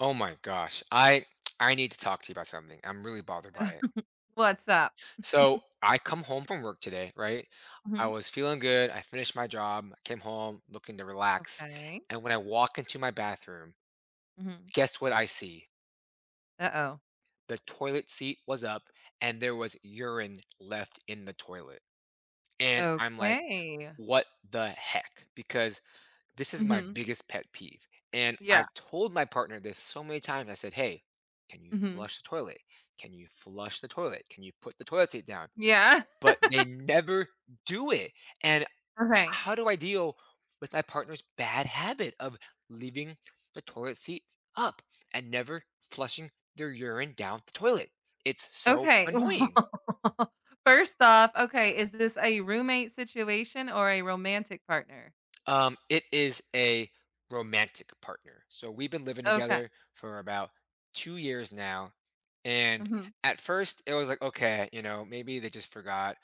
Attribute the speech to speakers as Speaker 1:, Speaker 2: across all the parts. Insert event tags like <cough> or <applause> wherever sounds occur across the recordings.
Speaker 1: Oh my gosh. I need to talk to you about something. I'm really bothered by it.
Speaker 2: <laughs> What's up?
Speaker 1: So, I come home from work today, right? I
Speaker 2: Mhm.
Speaker 1: was feeling good. I finished my job, I came home looking to relax.
Speaker 2: Okay.
Speaker 1: And when I walk into my bathroom,
Speaker 2: Mhm.
Speaker 1: guess what I see?
Speaker 2: Uh-oh.
Speaker 1: The toilet seat was up and there was urine left in the toilet. And I'm like,
Speaker 2: Okay.
Speaker 1: what the heck? Because this is my
Speaker 2: Mhm.
Speaker 1: biggest pet peeve. And
Speaker 2: Yeah.
Speaker 1: I've <laughs> told my partner this so many times. I said, hey, can you
Speaker 2: Mhm.
Speaker 1: flush the toilet? Can you flush the toilet? Can you put the toilet seat down?
Speaker 2: Yeah. <laughs>
Speaker 1: But they never do it. And
Speaker 2: Okay.
Speaker 1: how do I deal with my partner's bad habit of leaving the toilet seat up and never flushing their urine down the toilet? It's so
Speaker 2: Okay. <laughs>
Speaker 1: annoying.
Speaker 2: Well, first off, okay, is this a roommate situation or a romantic partner?
Speaker 1: It is a romantic partner. So we've been living
Speaker 2: Okay.
Speaker 1: together for about 2 years now. And
Speaker 2: Mhm.
Speaker 1: at first, it was like, okay, maybe they just forgot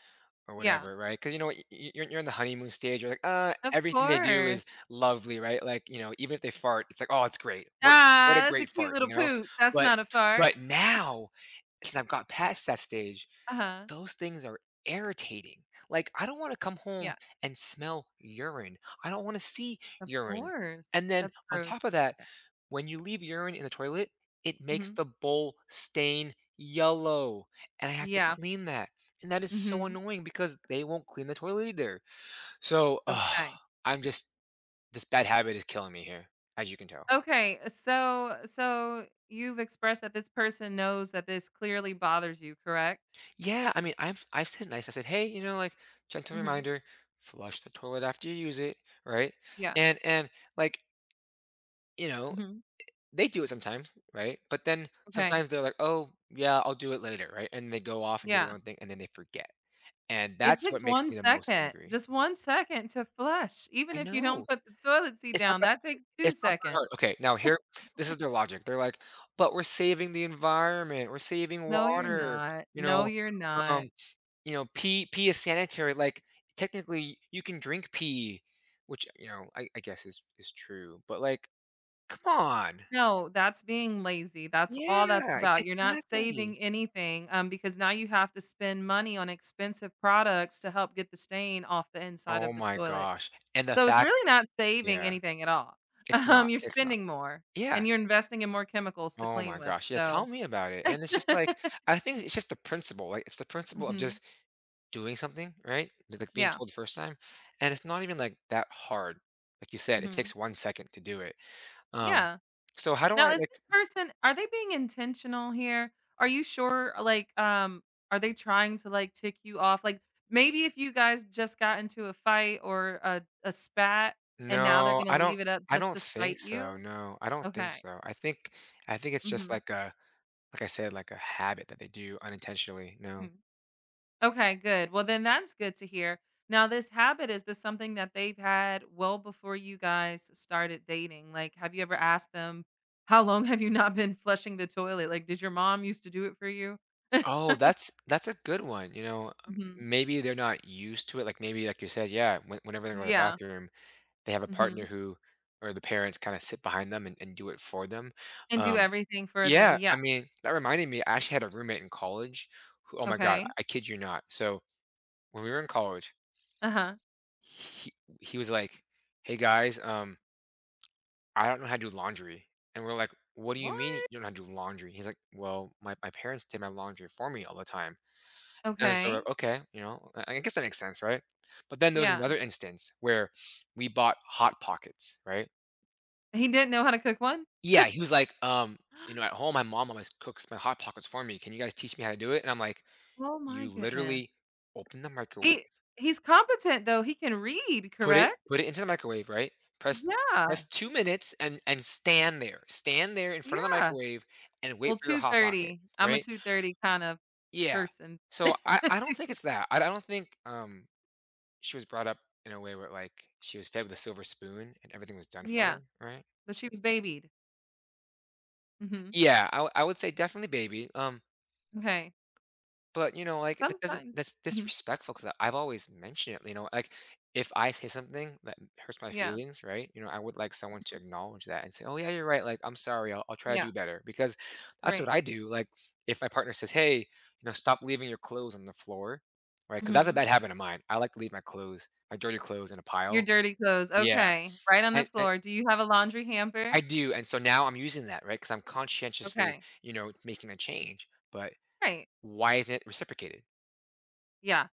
Speaker 1: or
Speaker 2: Yeah.
Speaker 1: whatever, right? Because you know what, you're in the honeymoon stage. You're like,
Speaker 2: Of
Speaker 1: everything they do
Speaker 2: course.
Speaker 1: is lovely, right? Like, you know, even if they fart, it's like, oh, it's great. What a
Speaker 2: Ah, that's a
Speaker 1: great
Speaker 2: cute
Speaker 1: fart, you
Speaker 2: little
Speaker 1: know?
Speaker 2: poot. That's
Speaker 1: But
Speaker 2: not a fart.
Speaker 1: but
Speaker 2: <laughs>
Speaker 1: now, since I've got past that stage,
Speaker 2: Uh-huh.
Speaker 1: those things are irritating. Like, I don't want to come home
Speaker 2: Yeah.
Speaker 1: and smell urine. I don't want to see
Speaker 2: Of
Speaker 1: urine.
Speaker 2: course.
Speaker 1: And then
Speaker 2: That's
Speaker 1: on top
Speaker 2: gross.
Speaker 1: of that,
Speaker 2: Yeah.
Speaker 1: when you leave urine in the toilet, it makes
Speaker 2: Mhm.
Speaker 1: the bowl stain yellow. And I have to
Speaker 2: Yeah.
Speaker 1: clean that. And that is so
Speaker 2: Mhm.
Speaker 1: annoying because they won't clean the toilet either. So, ugh,
Speaker 2: Okay.
Speaker 1: I'm just, this bad habit is killing me here, as you can tell.
Speaker 2: Okay, so you've expressed that this person knows that this clearly bothers you, correct?
Speaker 1: Yeah, I mean, I've said nice. I said, hey, you know, like gentle
Speaker 2: Mhm.
Speaker 1: reminder, flush the toilet after you use it, right?
Speaker 2: Yeah.
Speaker 1: And like you know,
Speaker 2: Mhm.
Speaker 1: they do it sometimes, right? But then
Speaker 2: Okay.
Speaker 1: sometimes they're like, oh yeah, I'll do it later, right? And they go off and do their
Speaker 2: Yeah.
Speaker 1: own thing, and then they forget, and
Speaker 2: It
Speaker 1: that's
Speaker 2: takes
Speaker 1: what makes
Speaker 2: 1
Speaker 1: me the most
Speaker 2: second,
Speaker 1: angry.
Speaker 2: just 1 second to flush, even
Speaker 1: I
Speaker 2: if you don't
Speaker 1: know
Speaker 2: put the toilet seat
Speaker 1: it's not
Speaker 2: down,
Speaker 1: that
Speaker 2: that takes 2
Speaker 1: it's not that
Speaker 2: seconds.
Speaker 1: hard. Okay, now here, this is their logic. They're like, but we're saving the environment, we're saving
Speaker 2: No, you're
Speaker 1: water,
Speaker 2: not.
Speaker 1: you
Speaker 2: No,
Speaker 1: know,
Speaker 2: you're not.
Speaker 1: um, pee pee is sanitary, like, technically you can drink pee, which, you know, I guess is true, but, like, come on.
Speaker 2: No, that's being lazy. That's all that's
Speaker 1: Yeah,
Speaker 2: about.
Speaker 1: e
Speaker 2: You're not
Speaker 1: Exactly.
Speaker 2: saving anything, because now you have to spend money on expensive products to help get the stain off the inside
Speaker 1: Oh
Speaker 2: of the
Speaker 1: my
Speaker 2: toilet.
Speaker 1: gosh, and the
Speaker 2: So it's
Speaker 1: fact
Speaker 2: really not saving
Speaker 1: yeah,
Speaker 2: anything at all. <laughs> You're
Speaker 1: it's not.
Speaker 2: spending more
Speaker 1: Yeah.
Speaker 2: and you're investing in more chemicals to
Speaker 1: Oh
Speaker 2: clean
Speaker 1: my
Speaker 2: with,
Speaker 1: gosh, yeah, tell
Speaker 2: so
Speaker 1: me about it, and it's
Speaker 2: <laughs>
Speaker 1: just like, I think it's just the principle, like, it's the principle of
Speaker 2: Mhm.
Speaker 1: just doing something, right? Like, being
Speaker 2: Yeah.
Speaker 1: told the first time, and it's not even, like, that hard. Like you said, it
Speaker 2: Mhm.
Speaker 1: takes 1 second to do it, um,
Speaker 2: Yeah.
Speaker 1: so how do
Speaker 2: Now,
Speaker 1: I,
Speaker 2: is this
Speaker 1: like
Speaker 2: person, are they being intentional here? Are you sure, like, are they trying to, like, tick you off? Like, maybe if you guys just got into a fight or a spat, and now they're
Speaker 1: no,
Speaker 2: gonna
Speaker 1: I don't.
Speaker 2: leave it up
Speaker 1: I
Speaker 2: just
Speaker 1: don't
Speaker 2: to
Speaker 1: think
Speaker 2: spite
Speaker 1: so,
Speaker 2: you?
Speaker 1: no, I don't think
Speaker 2: Okay.
Speaker 1: so. I think it's just
Speaker 2: Mhm.
Speaker 1: like a like I said, like a habit that they do unintentionally, no.
Speaker 2: Mhm. Okay, good. Well, then that's good to hear. Now, this habit, is this something that they've had well before you guys started dating? Like, have you ever asked them, how long have you not been flushing the toilet? Like, did your mom used to do it for you? <laughs>
Speaker 1: Oh, that's a good one, you know,
Speaker 2: Mhm.
Speaker 1: maybe they're not used to it, like, maybe, like you said, yeah, whenever they go to the
Speaker 2: Yeah.
Speaker 1: bathroom, they have a partner
Speaker 2: Hmm.
Speaker 1: who or the parents kinda sit behind them and do it for them,
Speaker 2: And do
Speaker 1: um.
Speaker 2: everything for them.
Speaker 1: Yeah,
Speaker 2: Yeah.
Speaker 1: I mean, that reminded me, I actually had a roommate in college who oh my god,
Speaker 2: Okay.
Speaker 1: I kid you not, so when we were in college,
Speaker 2: Uh huh.
Speaker 1: he he was like, "Hey, guys, I don't know how to do laundry. And we're like, what do you
Speaker 2: What?
Speaker 1: mean you don't know how to do laundry? He's like, well, my parents did my laundry for me all the time. And so we're
Speaker 2: Okay.
Speaker 1: like, okay, you know, I guess that makes sense, right? But then there was
Speaker 2: Yeah.
Speaker 1: another instance where we bought Hot Pockets, right?
Speaker 2: He didn't know how to cook one?
Speaker 1: Yeah, he was like, you know, at home, my mom always cooks my Hot Pockets for me. Can you guys teach me how to do it? And I'm like,
Speaker 2: Oh my
Speaker 1: you
Speaker 2: goodness.
Speaker 1: literally open the microwave,
Speaker 2: He he's competent though. He can read, correct?
Speaker 1: Put it into the microwave, right? Press Press
Speaker 2: Yeah.
Speaker 1: 2 minutes and stand there. Stand there in front of the
Speaker 2: Yeah.
Speaker 1: microwave and wait
Speaker 2: Well,
Speaker 1: for your hot pocket,
Speaker 2: 2:30. I'm a
Speaker 1: right?
Speaker 2: 2:30 kind of
Speaker 1: Yeah.
Speaker 2: person.
Speaker 1: So
Speaker 2: <laughs>
Speaker 1: I
Speaker 2: Two
Speaker 1: don't think it's that. I don't think, she was brought up in a way where, like, she was fed with a silver spoon and everything was done for
Speaker 2: Yeah,
Speaker 1: her, right?
Speaker 2: but she was babied. Mhm.
Speaker 1: Yeah, I would say definitely baby, um.
Speaker 2: Okay.
Speaker 1: But, you know, like, that doesn't
Speaker 2: Sometimes.
Speaker 1: that's
Speaker 2: Mhm.
Speaker 1: disrespectful because 'cause I've always mentioned it, you know, like, if I say something that hurts my
Speaker 2: Yeah.
Speaker 1: feelings, right, you know, I would like someone to acknowledge that and say, "Oh, yeah, you're right, like, I'm sorry, I'll try to
Speaker 2: Yeah.
Speaker 1: do better," because that's what
Speaker 2: Right.
Speaker 1: I do, like, if my partner says, "Hey, you know, stop leaving your clothes on the floor," right? Because that's a
Speaker 2: Mhm.
Speaker 1: bad habit of mine, I like to leave my dirty clothes in a
Speaker 2: Your
Speaker 1: pile.
Speaker 2: dirty clothes.
Speaker 1: Yeah,
Speaker 2: Okay. Right on the
Speaker 1: and
Speaker 2: floor. Do you have a laundry
Speaker 1: I
Speaker 2: hamper?
Speaker 1: do, and so now I'm using that, right? Because 'cause I'm conscientiously,
Speaker 2: Okay.
Speaker 1: you know, making a change, but
Speaker 2: Right.
Speaker 1: why isn't it reciprocated?
Speaker 2: Yeah.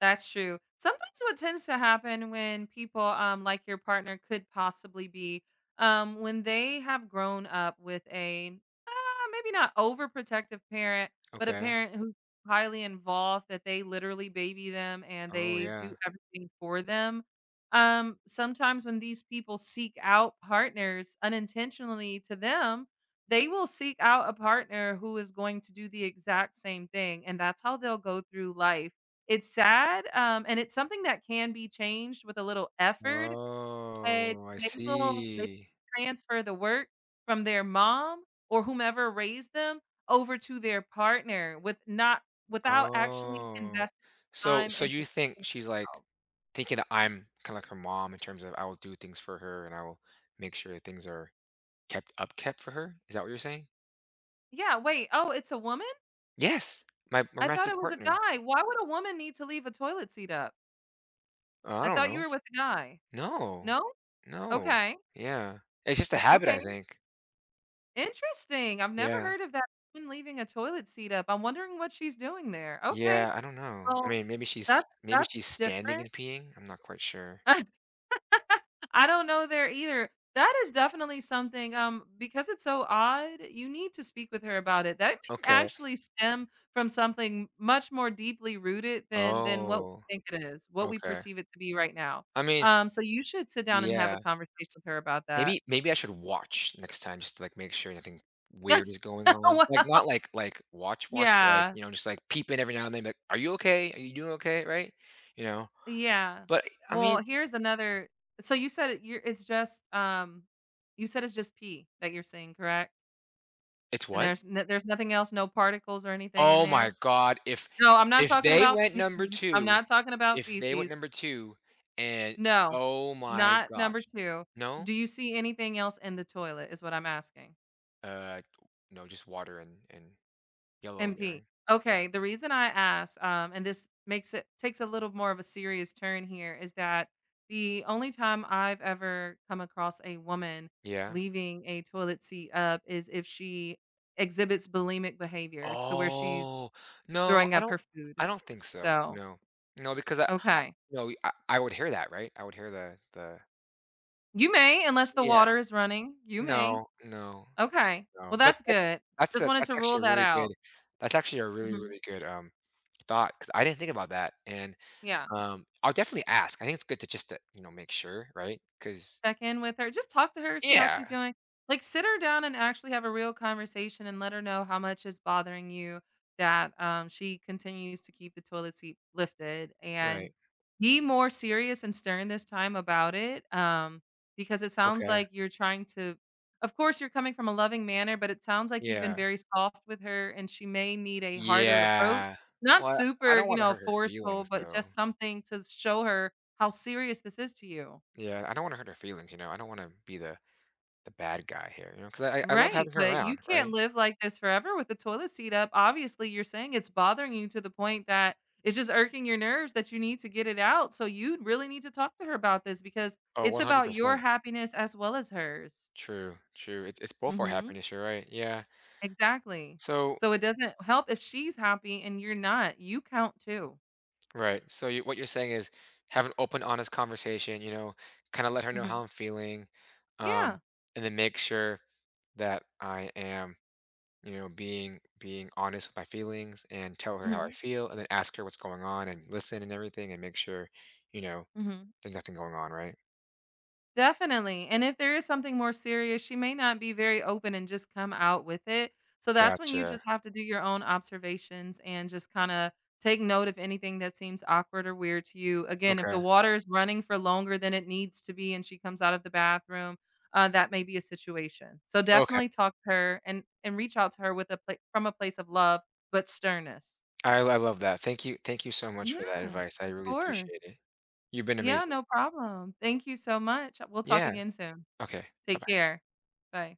Speaker 2: That's true. Sometimes what tends to happen when people, like your partner could possibly be, when they have grown up with a, maybe not overprotective parent, but a
Speaker 1: Okay.
Speaker 2: parent who's highly involved that they literally baby them and
Speaker 1: Oh,
Speaker 2: they do
Speaker 1: yeah.
Speaker 2: everything for them. Sometimes when these people seek out partners unintentionally to them, they will seek out a partner who is going to do the exact same thing. And that's how they'll go through life. It's sad, and it's something that can be changed with a little effort, but
Speaker 1: Oh, I
Speaker 2: they
Speaker 1: see.
Speaker 2: transfer the work from their mom or whomever raised them over to their partner with not, without actually
Speaker 1: Oh.
Speaker 2: investing
Speaker 1: So
Speaker 2: time
Speaker 1: so
Speaker 2: into
Speaker 1: you think
Speaker 2: fixing
Speaker 1: she's, like,
Speaker 2: themselves.
Speaker 1: thinking that I'm kinda like her mom in terms of I will do things for her, and I will make sure that things are kept for her? Is that what you're saying?
Speaker 2: Yeah, wait, oh, it's a woman?
Speaker 1: Yes, my
Speaker 2: I thought it
Speaker 1: romantic
Speaker 2: was a
Speaker 1: partner.
Speaker 2: guy. Why would a woman need to leave a toilet seat up?
Speaker 1: Oh, I
Speaker 2: I
Speaker 1: don't
Speaker 2: thought you
Speaker 1: know.
Speaker 2: were with a guy.
Speaker 1: No.
Speaker 2: No?
Speaker 1: No.
Speaker 2: Okay.
Speaker 1: Yeah. It's just a habit,
Speaker 2: Okay.
Speaker 1: I think.
Speaker 2: Interesting. I've never
Speaker 1: Yeah.
Speaker 2: heard of that, woman leaving a toilet seat up. I'm wondering what she's doing there. Okay.
Speaker 1: Yeah, I don't know. I
Speaker 2: Well,
Speaker 1: mean,
Speaker 2: that's
Speaker 1: maybe
Speaker 2: that's
Speaker 1: she's standing
Speaker 2: different.
Speaker 1: and peeing? I'm not quite sure.
Speaker 2: <laughs> I don't know there either. That is definitely something, because it's so odd, you need to speak with her about it. That may
Speaker 1: Okay.
Speaker 2: actually stem from something much more deeply rooted than what we
Speaker 1: Oh,
Speaker 2: think it is, what we
Speaker 1: okay.
Speaker 2: perceive it to be right now.
Speaker 1: I mean
Speaker 2: So you should sit down and have a
Speaker 1: yeah.
Speaker 2: conversation with her about that.
Speaker 1: Maybe I should watch next time just to, like, make sure nothing weird is going
Speaker 2: <laughs>
Speaker 1: on. Like,
Speaker 2: Well,
Speaker 1: not like like, watch watch, but, like,
Speaker 2: yeah.
Speaker 1: you know, just, like, peep in every now and then, like, "Are you okay? Are you doing okay?" Right? You know?
Speaker 2: Yeah.
Speaker 1: But, I
Speaker 2: Well,
Speaker 1: mean
Speaker 2: here's another, so you said it, you're, it's just, you said it's just pee that you're seeing, correct?
Speaker 1: it's
Speaker 2: And
Speaker 1: what?
Speaker 2: there's no, there's nothing else, no particles or anything in
Speaker 1: Oh my
Speaker 2: there?
Speaker 1: god,
Speaker 2: No, I'm not
Speaker 1: if
Speaker 2: talking
Speaker 1: they
Speaker 2: about
Speaker 1: went
Speaker 2: feces,
Speaker 1: number
Speaker 2: I'm
Speaker 1: 2
Speaker 2: not talking about
Speaker 1: if they went
Speaker 2: feces.
Speaker 1: number 2 and
Speaker 2: No,
Speaker 1: oh my
Speaker 2: not number
Speaker 1: gosh.
Speaker 2: 2.
Speaker 1: No?
Speaker 2: Do you see anything else in the toilet is what I'm asking?
Speaker 1: Uh, no, just water and yellow
Speaker 2: MP.
Speaker 1: urine. Yeah.
Speaker 2: Okay, the reason I asked, and this makes it, takes a little more of a serious turn here, is that the only time I've ever come across a woman
Speaker 1: Yeah.
Speaker 2: leaving a toilet seat up is if she exhibits bulimic behaviors to where she's
Speaker 1: Oh, no,
Speaker 2: throwing
Speaker 1: I
Speaker 2: up her
Speaker 1: don't
Speaker 2: food.
Speaker 1: I don't think so,
Speaker 2: So,
Speaker 1: no. No, because I
Speaker 2: okay.
Speaker 1: no, I would hear that, right? I would hear the.
Speaker 2: You may, unless the
Speaker 1: Yeah,
Speaker 2: water is running, you may.
Speaker 1: no, no,
Speaker 2: Okay.
Speaker 1: no,
Speaker 2: Well,
Speaker 1: but
Speaker 2: that's good.
Speaker 1: that's
Speaker 2: Just
Speaker 1: a
Speaker 2: wanted to
Speaker 1: that's
Speaker 2: rule
Speaker 1: actually a
Speaker 2: that
Speaker 1: really good
Speaker 2: out.
Speaker 1: that's actually a really,
Speaker 2: Mhm.
Speaker 1: really good, thought because I didn't think about that, and,
Speaker 2: Yeah.
Speaker 1: I'll definitely ask. I think it's good to just to, you know, make sure, right? Because
Speaker 2: Check in with her, just talk to her, see how
Speaker 1: yeah,
Speaker 2: she's doing. Like, sit her down and actually have a real conversation and let her know how much is bothering you that, she continues to keep the toilet seat lifted, and
Speaker 1: right.
Speaker 2: be more serious and stern this time about it, because it sounds
Speaker 1: Okay.
Speaker 2: like you're trying to, of course, you're coming from a loving manner, but it sounds like you've been
Speaker 1: Yeah.
Speaker 2: very soft with her, and she may need a harder approach.
Speaker 1: Yeah.
Speaker 2: Not
Speaker 1: Well, I
Speaker 2: super,
Speaker 1: don't wanna hurt her
Speaker 2: forceful,
Speaker 1: feelings,
Speaker 2: but
Speaker 1: though.
Speaker 2: just something to show her how serious this is to you.
Speaker 1: Yeah, I don't wanna hurt her feelings, you know? I don't wanna be the bad guy here, you know, because I love
Speaker 2: Right,
Speaker 1: having her
Speaker 2: but you
Speaker 1: around,
Speaker 2: can't
Speaker 1: right?
Speaker 2: live like this forever with the toilet seat up. Obviously, you're saying it's bothering you to the point that it's just irking your nerves that you need to get it out, so you really need to talk to her about this because
Speaker 1: Oh,
Speaker 2: it's about your
Speaker 1: 100%.
Speaker 2: happiness as well as hers.
Speaker 1: True, true. It's both our
Speaker 2: Mhm.
Speaker 1: happiness, you're right, yeah.
Speaker 2: Exactly.
Speaker 1: So
Speaker 2: So it doesn't help if she's happy and you're not. You count too.
Speaker 1: right, so you what you're saying is have an open, honest conversation, you know, kinda let her know
Speaker 2: Mhm.
Speaker 1: how I'm feeling,
Speaker 2: Yeah.
Speaker 1: um, and then make sure that I am, you know, being honest with my feelings and tell her how I
Speaker 2: Mhm.
Speaker 1: feel and then ask her what's going on and listen and everything and make sure, you know,
Speaker 2: Mhm.
Speaker 1: there's nothing going on, right?
Speaker 2: Definitely. And if there is something more serious, she may not be very open and just come out with it. So that's when you
Speaker 1: Gotcha.
Speaker 2: just have to do your own observations and just kind of take note of anything that seems awkward or weird to you. Again, if the
Speaker 1: Okay.
Speaker 2: water is running for longer than it needs to be and she comes out of the bathroom, that may be a situation. So
Speaker 1: Okay.
Speaker 2: definitely talk to her and reach out to her with a from a place of love but sternness.
Speaker 1: I love that. Thank you so much for
Speaker 2: Yeah,
Speaker 1: that advice. I
Speaker 2: of
Speaker 1: really
Speaker 2: course.
Speaker 1: appreciate it. You've been
Speaker 2: Yeah,
Speaker 1: amazing.
Speaker 2: no problem. Thank you so much. We'll talk
Speaker 1: Yeah.
Speaker 2: again soon.
Speaker 1: Okay.
Speaker 2: Take
Speaker 1: Bye-bye.
Speaker 2: care. Bye.